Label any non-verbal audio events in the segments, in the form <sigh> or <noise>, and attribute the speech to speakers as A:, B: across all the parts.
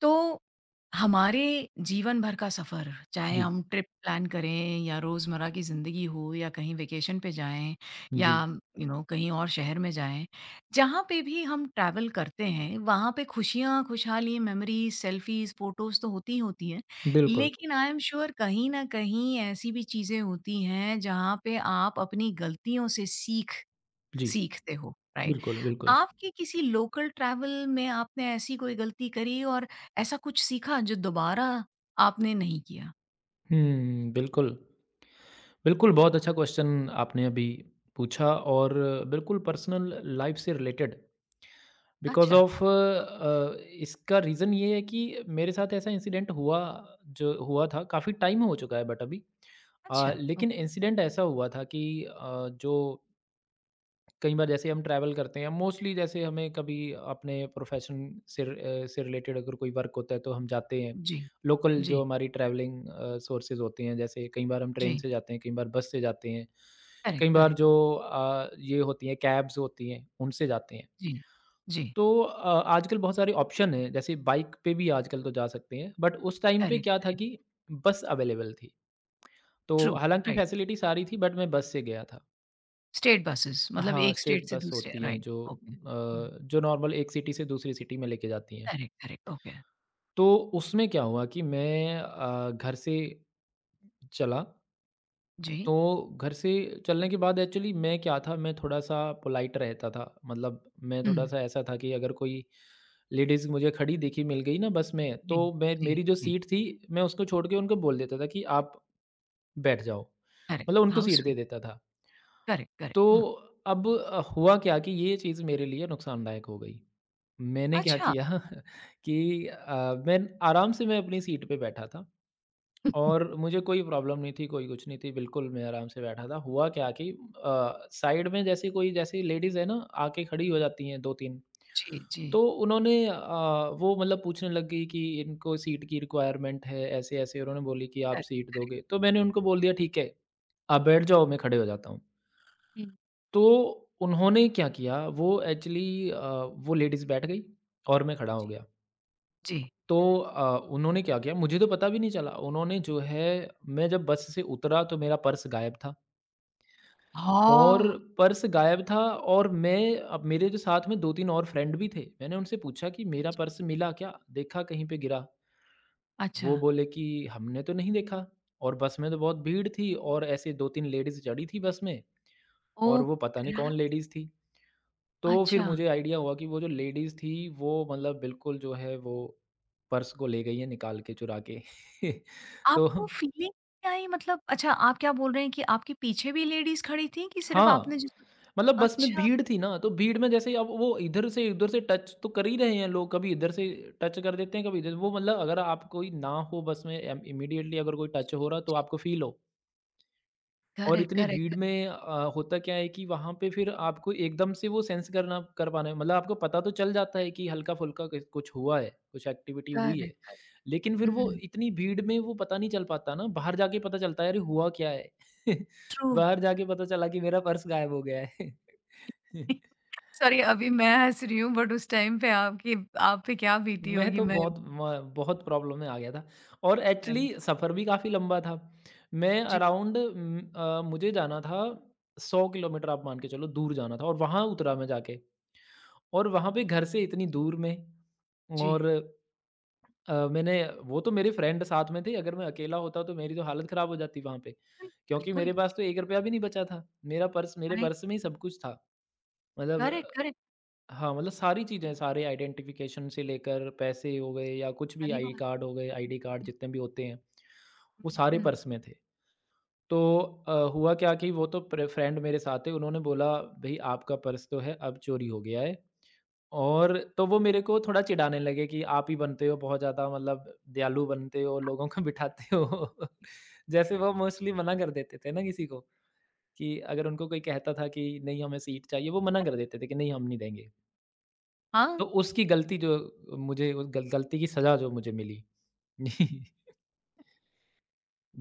A: तो हमारे जीवन भर का सफ़र, चाहे
B: जी,
A: हम ट्रिप प्लान करें या रोज़मर्रा की ज़िंदगी हो या कहीं वेकेशन पे जाएँ या
B: जी।
A: यू नो कहीं और शहर में जाएँ, जहाँ पे भी हम ट्रैवल करते हैं, वहाँ पे खुशियाँ, खुशहाली, मेमोरीज़, सेल्फ़ीज़, फ़ोटोज़ तो होती ही होती हैं।
B: बिल्कुल,
A: लेकिन आई एम श्योर कहीं न कहीं ऐसी भी चीज़ें होती हैं, जहाँ पे आप अपनी गलतियों से सीख
B: जी।
A: सीखते हो, राइट?
B: बिल्कुल, बिल्कुल।
A: आपके किसी लोकल ट्रैवल में आपने ऐसी कोई गलती करी और ऐसा कुछ सीखा जो दोबारा आपने नहीं किया?
B: हुँ, बिल्कुल। बिल्कुल, बहुत अच्छा क्वेश्चन आपने अभी पूछा और बिल्कुल पर्सनल लाइफ़ से रिलेटेड बिकॉज़
A: अच्छा,
B: ऑफ़ अ, इसका रीज़न ये है कि मेरे साथ ऐसा इंसिडेंट हुआ जो हुआ था काफ़ी टाइम हो चुका है बट अभी।
A: अच्छा,
B: लेकिन
A: ओके।
B: इंसिडेंट ऐसा हुआ था कि जो कई बार जैसे हम ट्रैवल करते हैं मोस्टली जैसे हमें कभी अपने प्रोफेशन से से रिलेटेड अगर कोई वर्क होता है तो हम जाते हैं
A: जी,
B: लोकल जो
A: जी,
B: हमारी ट्रैवलिंग सोर्सेज होती हैं जैसे कई बार हम ट्रेन
A: जी।
B: से जाते हैं कई बार बस से जाते हैं कई
A: करेक्ट,
B: बार
A: करेक्ट।
B: जो ये होती हैं कैब्स होती हैं उनसे जाते हैं।
A: जी, जी।
B: तो आजकल बहुत सारे ऑप्शन हैं जैसे बाइक पे भी आजकल तो जा सकते हैं बट उस टाइम पे
A: करेक्ट,
B: क्या था
A: करेक्ट।
B: कि बस अवेलेबल थी तो
A: ट्रू,
B: हालांकि
A: राइट।
B: फैसिलिटी सारी थी बट मैं बस से गया था।
A: स्टेट बसेस मतलब
B: हाँ,
A: एक
B: स्टेट
A: स्टेट से
B: बस
A: दूसरे
B: होती हैं
A: राइट,
B: जो
A: ओके। हुँ,
B: जो नॉर्मल एक सिटी से दूसरी सिटी में लेके जाती हैं।
A: Correct, correct, okay.
B: तो उसमें क्या हुआ कि मैं घर से चला,
A: जी।
B: तो घर से चलने के बाद एक्चुअली मैं क्या था, मैं थोड़ा-सा पोलाइट रहता था। मतलब मैं
A: हुँ,
B: थोड़ा-सा ऐसा था कि अगर कोई लेडीज़ मुझे खड़ी दिखी मिल गई ना बस में,
A: जी,
B: तो मैं
A: जी,
B: मेरी जो
A: जी।
B: सीट थी, मैं उसको छोड़ के उनको बोल देता था कि आप बैठ जाओ।
A: करेक्ट,
B: मतलब उनको
A: हाउ
B: सीट दे
A: स्वीट।
B: देता था।
A: करेक्ट, करेक्ट,
B: तो
A: हाँ।
B: अब हुआ क्या कि ये चीज़ मेरे लिए नुकसानदायक हो गई। मैंने क्या
A: अच्छा।
B: किया <laughs> कि मैं आराम से मैं अपनी सीट पे बैठा था
A: <laughs>
B: और मुझे कोई प्रॉब्लम नहीं थी, कोई कुछ नहीं थी, बिल्कुल मैं आराम से बैठा था। हुआ क्या कि साइड में जैसे कोई जैसे लेडीज़ है ना, आके खड़ी हो जाती हैं 2-3।
A: जी, जी।
B: तो उन्होंने वो मतलब पूछने लग गई कि इनको सीट की रिक्वायरमेंट है, ऐसे-ऐसे उन्होंने बोली कि आप
A: करेक्ट।
B: सीट दोगे। तो मैंने उनको बोल दिया ठीक है, आप बैठ जाओ मैं खड़े हो जाता हूँ।
A: हुँ,
B: तो उन्होंने क्या किया, वो एक्चुअली वो लेडीज़ बैठ गई और मैं खड़ा हो
A: जी,
B: गया।
A: जी।
B: तो उन्होंने क्या किया, मुझे तो पता भी नहीं चला। उन्होंने जो है मैं जब बस से उतरा तो मेरा पर्स गायब था। और
A: हाँ!
B: पर्स गायब था मैं अब मेरे जो साथ में 2-3 और फ्रेंड भी थे। मैंने उनसे पूछा कि मेरा
A: अच्छा।
B: पर्स मिला क्या? देखा कहीं पे गिरा?
A: अच्छा,
B: वो बोले कि हमने तो नहीं देखा और बस में तो बहुत भीड़ थी और ऐसे 2-3 लेडीज़ चढ़ी थी बस में और
A: ओह!
B: वो पता नहीं
A: ग्रा
B: कौन लेडीज़ थी। तो फिर
A: अच्छा,
B: मुझे आइडिया हुआ कि वो जो लेडीज़ थी वो मतलब बिल्कुल जो है वो पर्स को ले गई है निकाल के चुरा के। <laughs> तो
A: आपको फीलिंग क्या आई मतलब अच्छा आप क्या बोल रहे हैं कि आपके पीछे भी लेडीज़ खड़ी थीं कि सिर्फ़ आपने
B: हाँ,
A: जिसको
B: मतलब बस में
A: अच्छा,
B: भीड़ थी ना तो भीड़ में जैसे अब वो इधर से उधर से टच तो कर ही रहे हैं लोग, कभी इधर से टच कर देते हैं, कभी इधर वो मतलब अगर आप कोई ना हो बस में एम इमीडिएटली अगर कोई टच हो रहा तो आपको फ़ील हो। और
A: करेक्ट,
B: इतनी भीड़
A: करेक्ट,
B: में होता क्या है कि वहाँ पे फिर आपको एकदम से वो सेंस करना कर पाना मतलब आपको पता तो चल जाता है कि हल्का-फुल्का किस कुछ कुछ हुआ है, कुछ एक्टिविटी हुई है।
A: Correct, correct.
B: लेकिन फिर वो
A: हुँ,
B: इतनी भीड़ में वो पता नहीं चल पाता ना, बाहर जाके पता चलता है अरे हुआ क्या है? <laughs>
A: ट्रू।
B: बाहर जाके पता चला कि मेरा पर्स गायब हो गया है। <laughs>
A: सॉरी <laughs> अभी मैं हँस रही हूँ बट उस टाइम पे आपकी आप पे क्या बीती
B: मैं
A: होगी
B: तो
A: मैं
B: बहुत प्रॉब्लम में आ गया था और एक्चुअली
A: राइट।
B: सफ़र भी काफ़ी लंबा था। मैं
A: जी,
B: अराउंड मुझे जाना था 100 किलोमीटर आप मान के चलो दूर जाना था और वहाँ उतरा मैं जाके। और वहाँ पे घर से इतनी दूर में
A: जी।
B: और मैंने वो तो मेरे फ्रेंड साथ में थे, अगर मैं अकेला होता तो मेरी तो हालत ख़राब हो जाती वहाँ पे।
A: बिल
B: क्योंकि
A: बिल्कुल,
B: मेरे पास
A: जी,
B: तो 1 रुपया भी नहीं बचा था। मेरा पर्स मेरे
A: राइट,
B: पर्स में ही सब कुछ था। मतलब
A: करेक्ट, करेक्ट,
B: हाँ, मतलब सारी चीज़ें, सारे आइडेंटिफ़िकेशन से लेकर पैसे हो गए या कुछ भी
A: सही
B: आई
A: बात।
B: कार्ड हो गए, आईडी कार्ड
A: हुँ,
B: जितने भी होते हैं, वो
A: हुँ,
B: सारे
A: हुँ।
B: पर्स में थे। तो हुआ क्या कि वो तो प्रे फ्रेंड मेरे साथ थे, उन्होंने बोला, "भई आपका पर्स तो है, अब चोरी हो गया है।" और तो वो मेरे को थोड़ा चिढ़ाने लगे कि आप ही बनते हो बहुत ज़्यादा मतलब दयालु बनते हो, लोगों को बिठाते हो। <laughs> जैसे वो मोस्टली मना कर देते थे ना किसी को कि अगर उनको कोई कहता था कि नहीं हमें सीट चाहिए, वो मना कर
A: करेक्ट,
B: देते थे कि नहीं हम नहीं देंगे।
A: हाँ।
B: तो उसकी गलती जो मुझे उस गल गलती की सज़ा जो मुझे मिली। <laughs>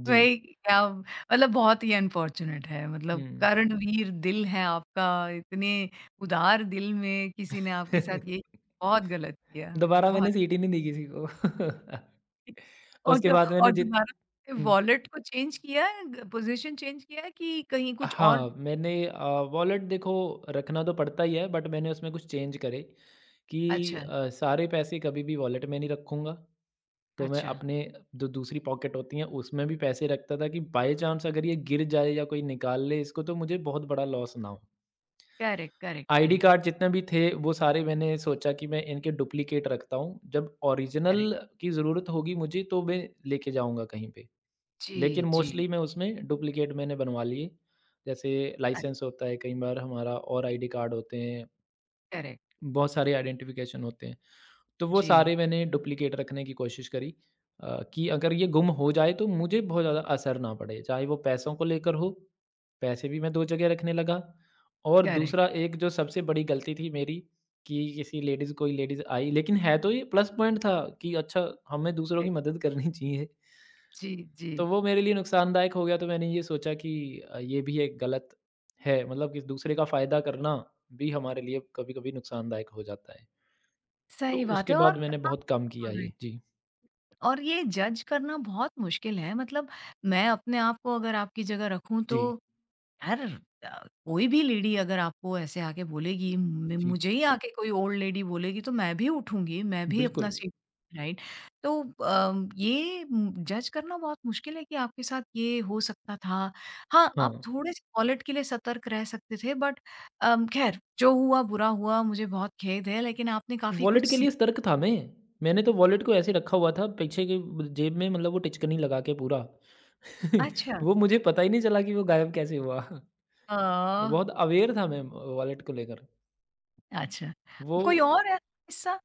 B: जी।
A: वही क्या मतलब बहुत ही अनफॉर्च्यूनेट है मतलब
B: हुँ।
A: कर्णवीर दिल है आपका इतने उदार दिल में किसी ने आपके साथ ये
B: <laughs>
A: बहुत गलत किया
B: दोबारा मैंने
A: बहुत
B: सीट ही नहीं दी किसी को। <laughs>
A: और
B: उसके
A: तो
B: बाद मैंने
A: और
B: जित
A: दोबारा
B: हुँ।
A: वॉलेट को चेंज किया पोजीशन चेंज किया कि कहीं कुछ और
B: हाँ, मैंने वॉलेट देखो रखना तो पड़ता ही है बट मैंने उसमें कुछ चेंज करे कि
A: अच्छा
B: सारे पैसे कभी भी वॉलेट में नहीं रखूँगा। तो मैं
A: अच्छा
B: अपने जो दूसरी पॉकेट होती हैं उसमें भी पैसे रखता था कि बाय चांस अगर ये गिर जाए या कोई निकाल ले इसको तो मुझे बहुत बड़ा लॉस ना हो।
A: Correct correct
B: ID
A: correct
B: card जितने भी थे वो सारे मैंने सोचा कि मैं इनके डुप्लीकेट रखता हूँ। जब ओरिजिनल
A: करेक्ट
B: की ज़रूरत होगी मुझे तो मैं लेके जाऊँगा कहीं पे।
A: जी
B: लेकिन
A: जी
B: मोस्टली मैं उसमें डुप्लीकेट मैंने बनवा लिए। जैसे लाइसेंस
A: अच्छा
B: होता है कई बार हमारा और आईडी कार्ड होते हैं,
A: करेक्ट
B: बहुत सारे आइडेंटिफ़िकेशन होते हैं। तो वो सारे
A: जी
B: मैंने डुप्लिकेट रखने की कोशिश करी कि अगर ये गुम हो जाए तो मुझे बहुत ज़्यादा असर ना पड़े चाहे वो पैसों को लेकर हो, पैसे भी मैं दो जगह रखने लगा। और
A: करेक्ट
B: दूसरा एक जो सबसे बड़ी गलती थी मेरी कि किसी लेडीज़ कोई लेडीज़ आई लेकिन है तो ये प्लस पॉइंट था कि अच्छा हमें दूसरों की मदद करनी चाहिए,
A: जी जी
B: तो वो मेरे लिए नुकसानदायक हो गया। तो मैंने ये सोचा कि ये भी एक गलत है मतलब कि दूसरे का फ़ायदा करना भी हमारे लिए कभी कभी नुकसानदायक हो जाता है। तो
A: सही बात
B: उसके
A: है और
B: बाद मैंने
A: आप
B: बहुत कम किया ये। जी।
A: और ये जज करना बहुत मुश्किल है मतलब मैं अपने आप को अगर आपकी जगह रखूँ तो
B: जी,
A: यार कोई भी लेडी अगर आपको ऐसे आके बोलेगी
B: जी,
A: मुझे ही आके कोई ओल्ड लेडी बोलेगी तो मैं भी उठूंगी मैं भी
B: बिल्कुल,
A: अपना सीट <laughs> राइट तो ये जज करना बहुत मुश्किल है कि आपके साथ ये हो सकता था हाँ
B: हाँ।
A: आप थोड़े से पॉलिट के लिए सतर्क रह सकते थे बट खैर जो हुआ बुरा हुआ मुझे बहुत खेद है लेकिन आपने काफी कुछ
B: वॉलेट के लिए
A: सीखा
B: सतर्क था मैं, मैंने तो वॉलेट को ऐसे रखा हुआ था पीछे की ब जेब में मतलब वो टिचकनी लगा के पूरा। <laughs> वो मुझे पता ही नहीं चला कि वो गायब कैसे हुआ।
A: अच्छा
B: बहुत अवेयर था मैं वॉलेट को लेकर।
A: अच्छा,
B: वो
A: कोई और है किस्सा?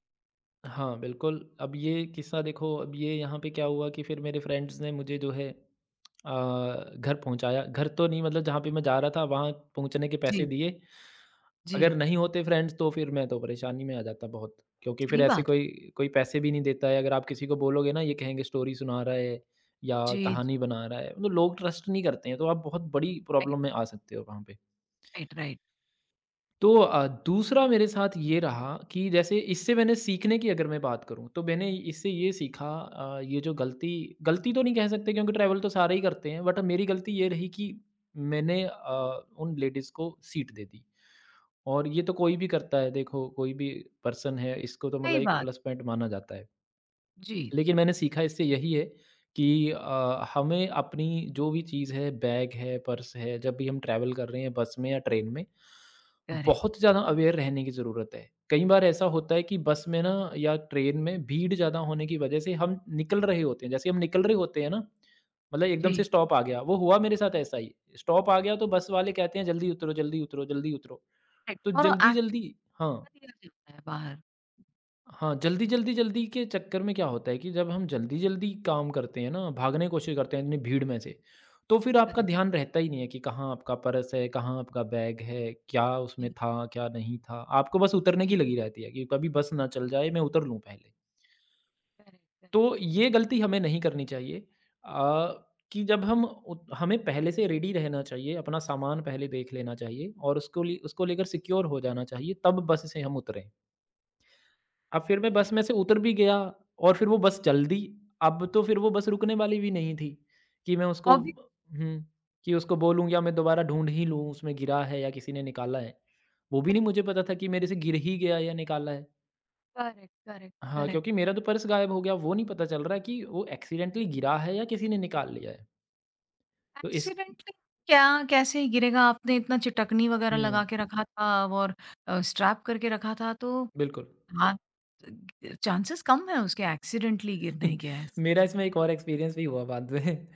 B: हाँ, बिल्कुल, अब ये किस्सा देखो अब ये यहाँ पे क्या हुआ कि फिर मेरे फ्रेंड्स ने मुझे जो है अ, घर पहुँचाया, घर तो नहीं मतलब जहाँ पे मैं जा रहा था वहाँ पहुँचने के पैसे
A: जी,
B: दिए। अगर
A: जी,
B: नहीं होते फ्रेंड्स तो फिर मैं तो परेशानी में आ जाता बहुत, क्योंकि फिर
A: सही
B: ऐसे
A: बात है।
B: कोई कोई पैसे भी नहीं देता है। अगर आप किसी को बोलोगे ना ये कहेंगे स्टोरी सुना रहा है या
A: जी, जी,
B: कहानी बना रहा है, मतलब लोग ट्रस्ट नहीं करते हैं, तो आप बहुत बड़ी
A: राइट,
B: प्रॉब्लम में आ सकते हो वहाँ पे।
A: राइट, राइट,
B: तो दूसरा मेरे साथ ये रहा कि जैसे इससे मैंने सीखने की अगर मैं बात करूँ, तो मैंने इससे ये सीखा ये जो गलती, गलती तो नहीं कह सकते क्योंकि ट्रैवल तो सारे ही करते हैं, बट मेरी गलती ये रही कि मैंने उन लेडीज़ को सीट दे दी। और ये तो कोई भी करता है देखो, कोई भी पर्सन है इसको तो मतलब
A: सही
B: एक
A: बात,
B: प्लस पॉइंट माना जाता है।
A: जी,
B: लेकिन
A: जी,
B: मैंने सीखा इससे यही है कि हमें अपनी जो भी चीज़ है, बैग है, पर्स है, जब भी हम ट्रैवल कर रहे हैं बस में या ट्रेन में,
A: करेक्ट,
B: बहुत ज़्यादा अवेयर रहने की ज़रूरत है। कई बार ऐसा होता है कि बस में ना या ट्रेन में भीड़ ज़्यादा होने की वजह से हम निकल रहे होते हैं, जैसे हम निकल रहे होते हैं ना, मतलब एकदम से
A: जी,
B: स्टॉप आ गया, वो हुआ मेरे साथ ऐसा ही। स्टॉप आ गया तो बस वाले कहते हैं, "जल्दी उतरो, जल्दी उतरो, जल्दी उतरो।"
A: राइट
B: तो
A: और एक्शन
B: जल्दी-जल्दी हाँ।
A: दिया जाता है बाहर।
B: हाँ, जल्दी-जल्दी-जल्दी के चक्कर में क्या होता है कि जब हम जल्दी-जल्दी काम करते हैं ना, भागने की कोशिश करते हैं इतनी भीड़ में से, तो फिर आपका
A: करेक्ट,
B: ध्यान रहता ही नहीं है कि कहाँ आपका पर्स है, कहाँ आपका बैग है, क्या उसमें
A: जी,
B: था, क्या नहीं था। आपको बस उतरने
A: जी,
B: की लगी रहती है कि कभी बस ना चल जाए, मैं उतर लूँ पहले।
A: करेक्ट, करेक्ट,
B: तो ये गलती हमें नहीं करनी चाहिए अ, कि जब हम उत हमें पहले से रेडी रहना चाहिए, अपना सामान पहले देख लेना चाहिए और उसको लेकर सिक्योर हो जाना चाहिए, तब बस से हम उतरें। अब फिर मैं
A: सही,
B: बस में से उतर भी गया और फिर वो बस चल दी। अब तो फिर वो बस रुकने वाली भी नहीं थी कि मैं उसको
A: ऑब्वियस
B: हुँ, कि उसको बोलूँ या मैं दोबारा ढूँढ ही लूँ उसमें गिरा है या किसी ने निकाला है। वो भी नहीं
A: करेक्ट,
B: मुझे पता
A: करेक्ट,
B: था कि मेरे से गिर ही गया या निकाला है।
A: करेक्ट, करेक्ट,
B: हाँ,
A: करेक्ट,
B: क्योंकि मेरा तो पर्स गायब हो गया, वो नहीं पता चल रहा है कि वो एक्सीडेंटली गिरा है या किसी ने निकाल लिया है। तो इस
A: एक्सीडेंटली क्या कैसे गिरेगा? आपने इतना चटकनी वगैरह
B: हुँ,
A: लगा के रखा था और स्ट्रैप करके रखा था तो
B: बिल्कुल।
A: हाँ, चांसेस कम है उसके एक्सीडेंटली गिरने
B: <laughs>
A: के, ऐसे
B: मेरा इसमें एक और एक्सपीरियंस भी हुआ बाद में,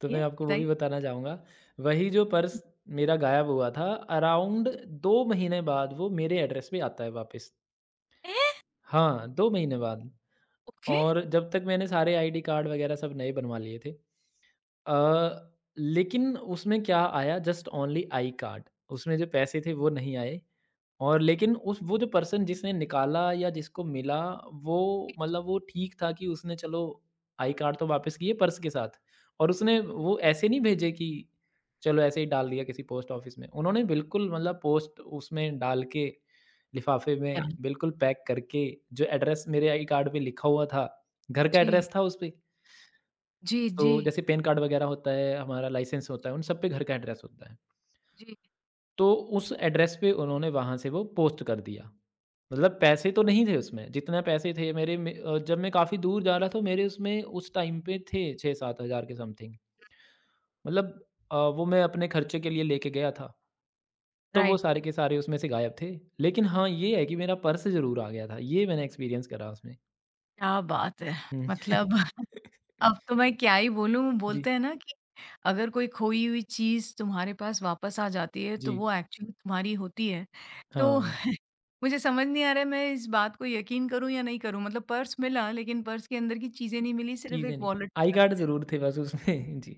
B: तो मैं
A: ये
B: आपको वो भी
A: बताइए?
B: बताना चाहूँगा। वही जो पर्स मेरा गायब हुआ था, अराउंड 2 महीने बाद वो मेरे एड्रेस पे आता है वापस।
A: हैं!
B: हाँ, 2 महीने बाद
A: ओके।
B: और जब तक मैंने सारे आईडी कार्ड वगैरह सब नए बनवा लिए थे। अ, लेकिन उसमें क्या आया जस्ट ओनली आई कार्ड उसमें जो पैसे थे वो नहीं आए। और लेकिन उस वो जो पर्सन जिसने निकाला या जिसको मिला, वो मतलब वो ठीक था कि उसने चलो आई कार्ड तो वापस किए पर्स के साथ और उसने वो ऐसे नहीं भेजे कि चलो ऐसे ही डाल दिया किसी पोस्ट ऑफिस में। उन्होंने बिल्कुल मतलब पोस्ट उसमें डाल के लिफ़ाफ़े में
A: अच्छा।
B: बिल्कुल पैक करके जो एड्रेस मेरे आई कार्ड पे लिखा हुआ था, घर का एड्रेस
A: जी,
B: था उसपे।
A: जी,
B: तो
A: जी,
B: जैसे पैन कार्ड वग़ैरह होता है, हमारा लाइसेंस होता है, उन सब पे घर का एड्रेस होता है।
A: जी।
B: तो उस एड्रेस पे उन्होंने वहाँ से वो पोस्ट कर दिया। मतलब पैसे तो नहीं थे उसमें, जितने पैसे थे मेरे में जब मैं काफ़ी दूर जा रहा था मेरे उसमें उस टाइम पे थे 6-7 हज़ार के समथिंग। मतलब वो मैं अपने खर्चे के लिए लेके गया था, तो वो
A: राइट,
B: सारे के सारे उसमें से गायब थे। लेकिन हाँ, ये है कि मेरा पर्स ज़रूर आ गया था, ये मैंने एक्सपीरियंस करा उसमें।
A: क्या बात है!
B: हुँ।
A: मतलब <laughs>
B: <laughs>
A: अब तो मैं क्या ही बोलूँ, बोलते
B: जी,
A: हैं ना कि अगर कोई खोई हुई चीज़ तुम्हारे पास वापस आ जाती है, तो
B: जी।
A: वो एक्चुअली तुम्हारी होती है। तो
B: हाँ।
A: <laughs> मुझे समझ नहीं आ रहा है, मैं इस बात को यकीन करूँ या नहीं करूँ? मतलब पर्स मिला, लेकिन पर्स के अंदर की चीज़ें नहीं मिली, सिर्फ़
B: चीज़ें
A: एक
B: नहीं,
A: वॉलेट
B: आई
A: मिला।
B: कार्ड ज़रूर थे बस उसमें <laughs> जी।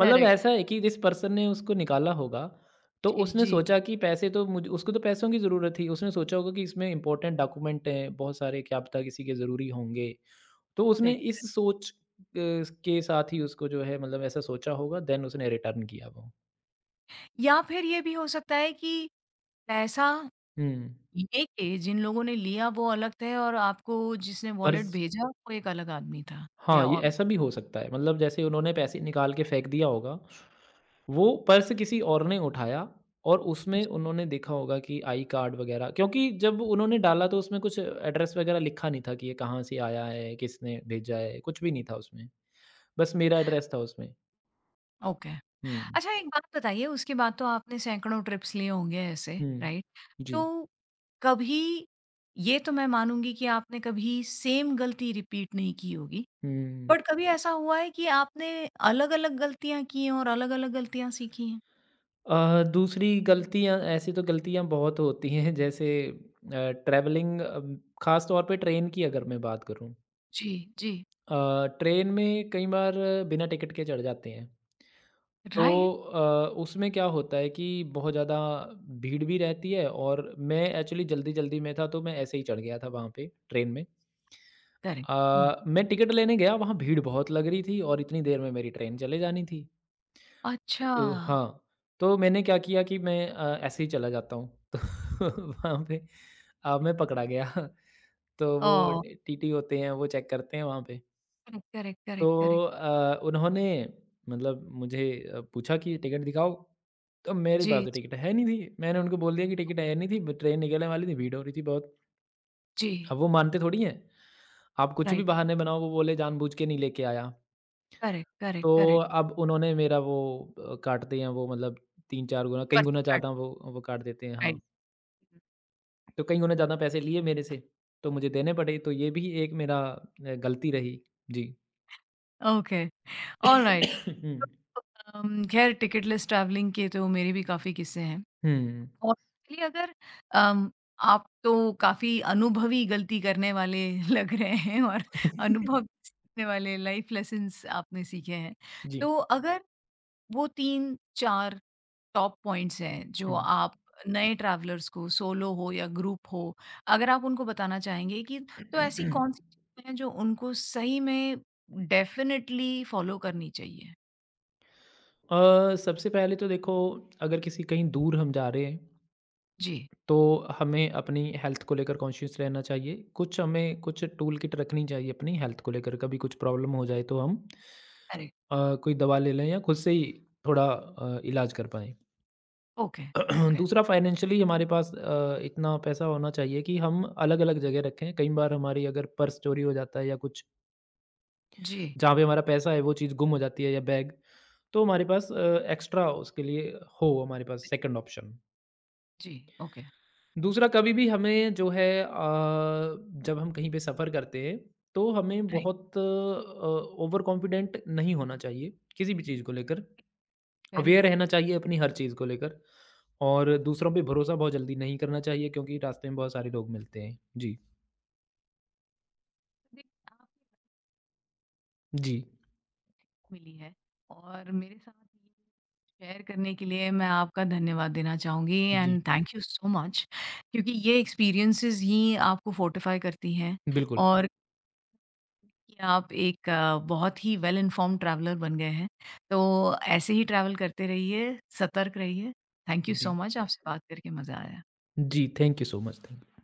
B: मतलब
A: करेक्ट।
B: ऐसा है कि जिस पर्सन ने उसको निकाला होगा, तो
A: जी,
B: उसने
A: जी।
B: सोचा कि पैसे तो मुझ उसको तो पैसों की ज़रूरत थी। उसने सोचा होगा कि इसमें इम्पोर्टेंट डॉक्यूमेंट हैं, बहुत सारे क्या पता किसी के ज़रूरी होंगे। तो उसने
A: करेक्ट।
B: इस सोच के साथ ही उसको जो है मतलब ऐसा सोचा होगा देन उसने रिटर्न किया वो।
A: या फिर ये भी हो सकता है कि पैसा
B: हुँ,
A: ये के जिन लोगों ने लिया वो अलग थे और आपको जिसने
B: पर
A: वॉलेट भेजा वो एक अलग आदमी था
B: हाँ,
A: या
B: ये
A: और
B: ऐसा भी हो सकता है। मतलब जैसे उन्होंने पैसे निकाल के फेंक दिया होगा, वो पर्स किसी और ने उठाया और उसमें
A: जी,
B: उन्होंने देखा होगा कि आई कार्ड वगैरह क्योंकि जब उन्होंने डाला तो उसमें कुछ एड्रेस वगैरह लिखा नहीं था कि ये कहाँ से आया है, किसने भेजा है, कुछ भी नहीं था उसमें। बस मेरा एड्रेस था उसमें।
A: ओके
B: हुँ,
A: अच्छा एक बात बताइए उसके बाद तो आपने सैकड़ों ट्रिप्स लिए होंगे ऐसे
B: हुँ।
A: राइट तो
B: जी।
A: कभी ये तो मैं मानूंगी कि आपने कभी सेम गलती रिपीट नहीं की होगी
B: हुँ।
A: बट कभी ऐसा हुआ है कि आपने अलग अलग गलतियां की हैं और अलग अलग गलतियां सीखी हैं
B: दूसरी गलतियाँ ऐसी तो गलतियाँ बहुत होती हैं जैसे ट्रैवलिंग ख़ास तौर पे ट्रेन की अगर मैं बात करूँ
A: जी जी
B: ट्रेन में कई बार बिना टिकट के चढ़ जाते हैं। तो
A: राइट
B: अ, उसमें क्या होता है कि बहुत ज़्यादा भीड़ भी रहती है और मैं एक्चुअली जल्दी-जल्दी में था, तो मैं ऐसे ही चढ़ गया था वहाँ पे ट्रेन में।
A: करेक्ट हम्म,
B: मैं टिकट लेने गया, वहाँ भीड़ बहुत लग रही थी और इतनी देर में मेरी ट्रेन चले जानी थी।
A: अच्छा
B: तो हाँ, तो मैंने क्या किया कि मैं ऐसे ही चला जाता हूँ। <laughs> तो वहाँ पे मैं पकड़ा गया। तो वो
A: ओ
B: टीटी होते हैं, वो चेक करते हैं वहाँ पे।
A: करेक्ट करेक्ट
B: तो
A: करेक्ट करेक्ट
B: उन्होंने मतलब मुझे पूछा कि टिकट दिखाओ, तो मेरे पास
A: जी
B: तो टिकट है नहीं थी। मैंने उनको बोल दिया कि टिकट है नहीं थी, ब ट्रेन निकलने वाली थी, भीड़ हो रही थी बहुत।
A: जी
B: अब वो मानते थोड़ी हैं, आप कुछ भी
A: राइट,
B: बहाने बनाओ, वो बोले जानबूझ के नहीं लेके आया।
A: करेक्ट, करेक्ट,
B: तो
A: करेक्ट.
B: अब उन्होंने मेरा वो काटते हैं वो मतलब 3-4 गुना, कई
A: फर्स्ट
B: गुना
A: पार्ट,
B: ज़्यादा वो काट देते हैं, हाँ।
A: राइट.
B: तो कई गुना ज़्यादा पैसे लिए मेरे से, तो मुझे देने पड़े, तो ये भी एक मेरा गलती रही। जी।
A: Okay, alright.
B: <coughs> हुँ।
A: खैर टिकटलेस ट्रैवलिंग के तो मेरे भी काफ़ी किस्से हैं
B: हुँ।
A: और इसलिए अगर अम, आप तो काफ़ी अनुभवी गलती करने वाले <laughs> लग रहे हैं और अनुभव
B: <laughs>
A: सीखने वाले लाइफ लेसन्स आपने सीखे हैं।
B: जी।
A: तो अगर वो 3-4 टॉप पॉइंट्स हैं जो
B: हुँ।
A: आप नए ट्रैवलर्स को सोलो हो या ग्रुप हो अगर आप उनको बताना चाहेंगे कि
B: अ,
A: तो ऐसी कौन सी चीज़ें हैं जो उनको सही में डेफिनेटली फॉलो करनी चाहिए?
B: सबसे पहले तो देखो अगर किसी कहीं दूर हम जा रहे हैं
A: जी।
B: तो हमें अपनी हेल्थ को लेकर कॉन्शियस रहना चाहिए कुछ हमें कुछ टूल किट रखनी चाहिए अपनी हेल्थ को लेकर कभी कुछ प्रॉब्लम हो जाए तो हम
A: अरे!
B: कोई दवा ले लें या खुद से ही थोड़ा इलाज कर पाएँ
A: ओके,
B: <clears throat>
A: ओके।
B: दूसरा फाइनेंशियली हमारे पास इतना पैसा होना चाहिए कि हम अलग अलग जगह रखें कई बार हमारी अगर पर्स चोरी हो जाता है या कुछ
A: जी।
B: जहाँ पे हमारा पैसा है वो चीज़ गुम हो जाती है या बैग, तो हमारे पास एक्स्ट्रा उसके लिए हो हमारे पास सेकंड ऑप्शन।
A: जी, ओके,
B: दूसरा कभी भी हमें जो है जब हम कहीं पे सफ़र करते हैं तो हमें
A: राइट।
B: बहुत ओवर कॉन्फिडेंट नहीं होना चाहिए, किसी भी चीज़ को लेकर।
A: Very
B: aware
A: true.
B: रहना चाहिए अपनी हर चीज़ को लेकर
A: जी,
B: और दूसरों पे भरोसा बहुत जल्दी नहीं करना चाहिए क्योंकि रास्ते में बहुत सारे लोग मिलते हैं। जी।
A: जी।
B: जी।
A: मिली है और मेरे साथ ये शेयर करने के लिए मैं आपका धन्यवाद देना चाहूँगी
B: जी।
A: And thank you so much क्योंकि ये एक्सपीरियंसेस ही आपको फोर्टिफाई करती हैं
B: बिल्कुल।
A: और कि आप एक बहुत ही वेल इन्फॉर्म्ड ट्रैवलर बन गए हैं। तो ऐसे ही ट्रैवल करते रहिए, सतर्क रहिए। थैंक यू सो
B: जी।
A: मच, आपसे बात करके मज़ा आया।
B: जी, thank you so much. Thank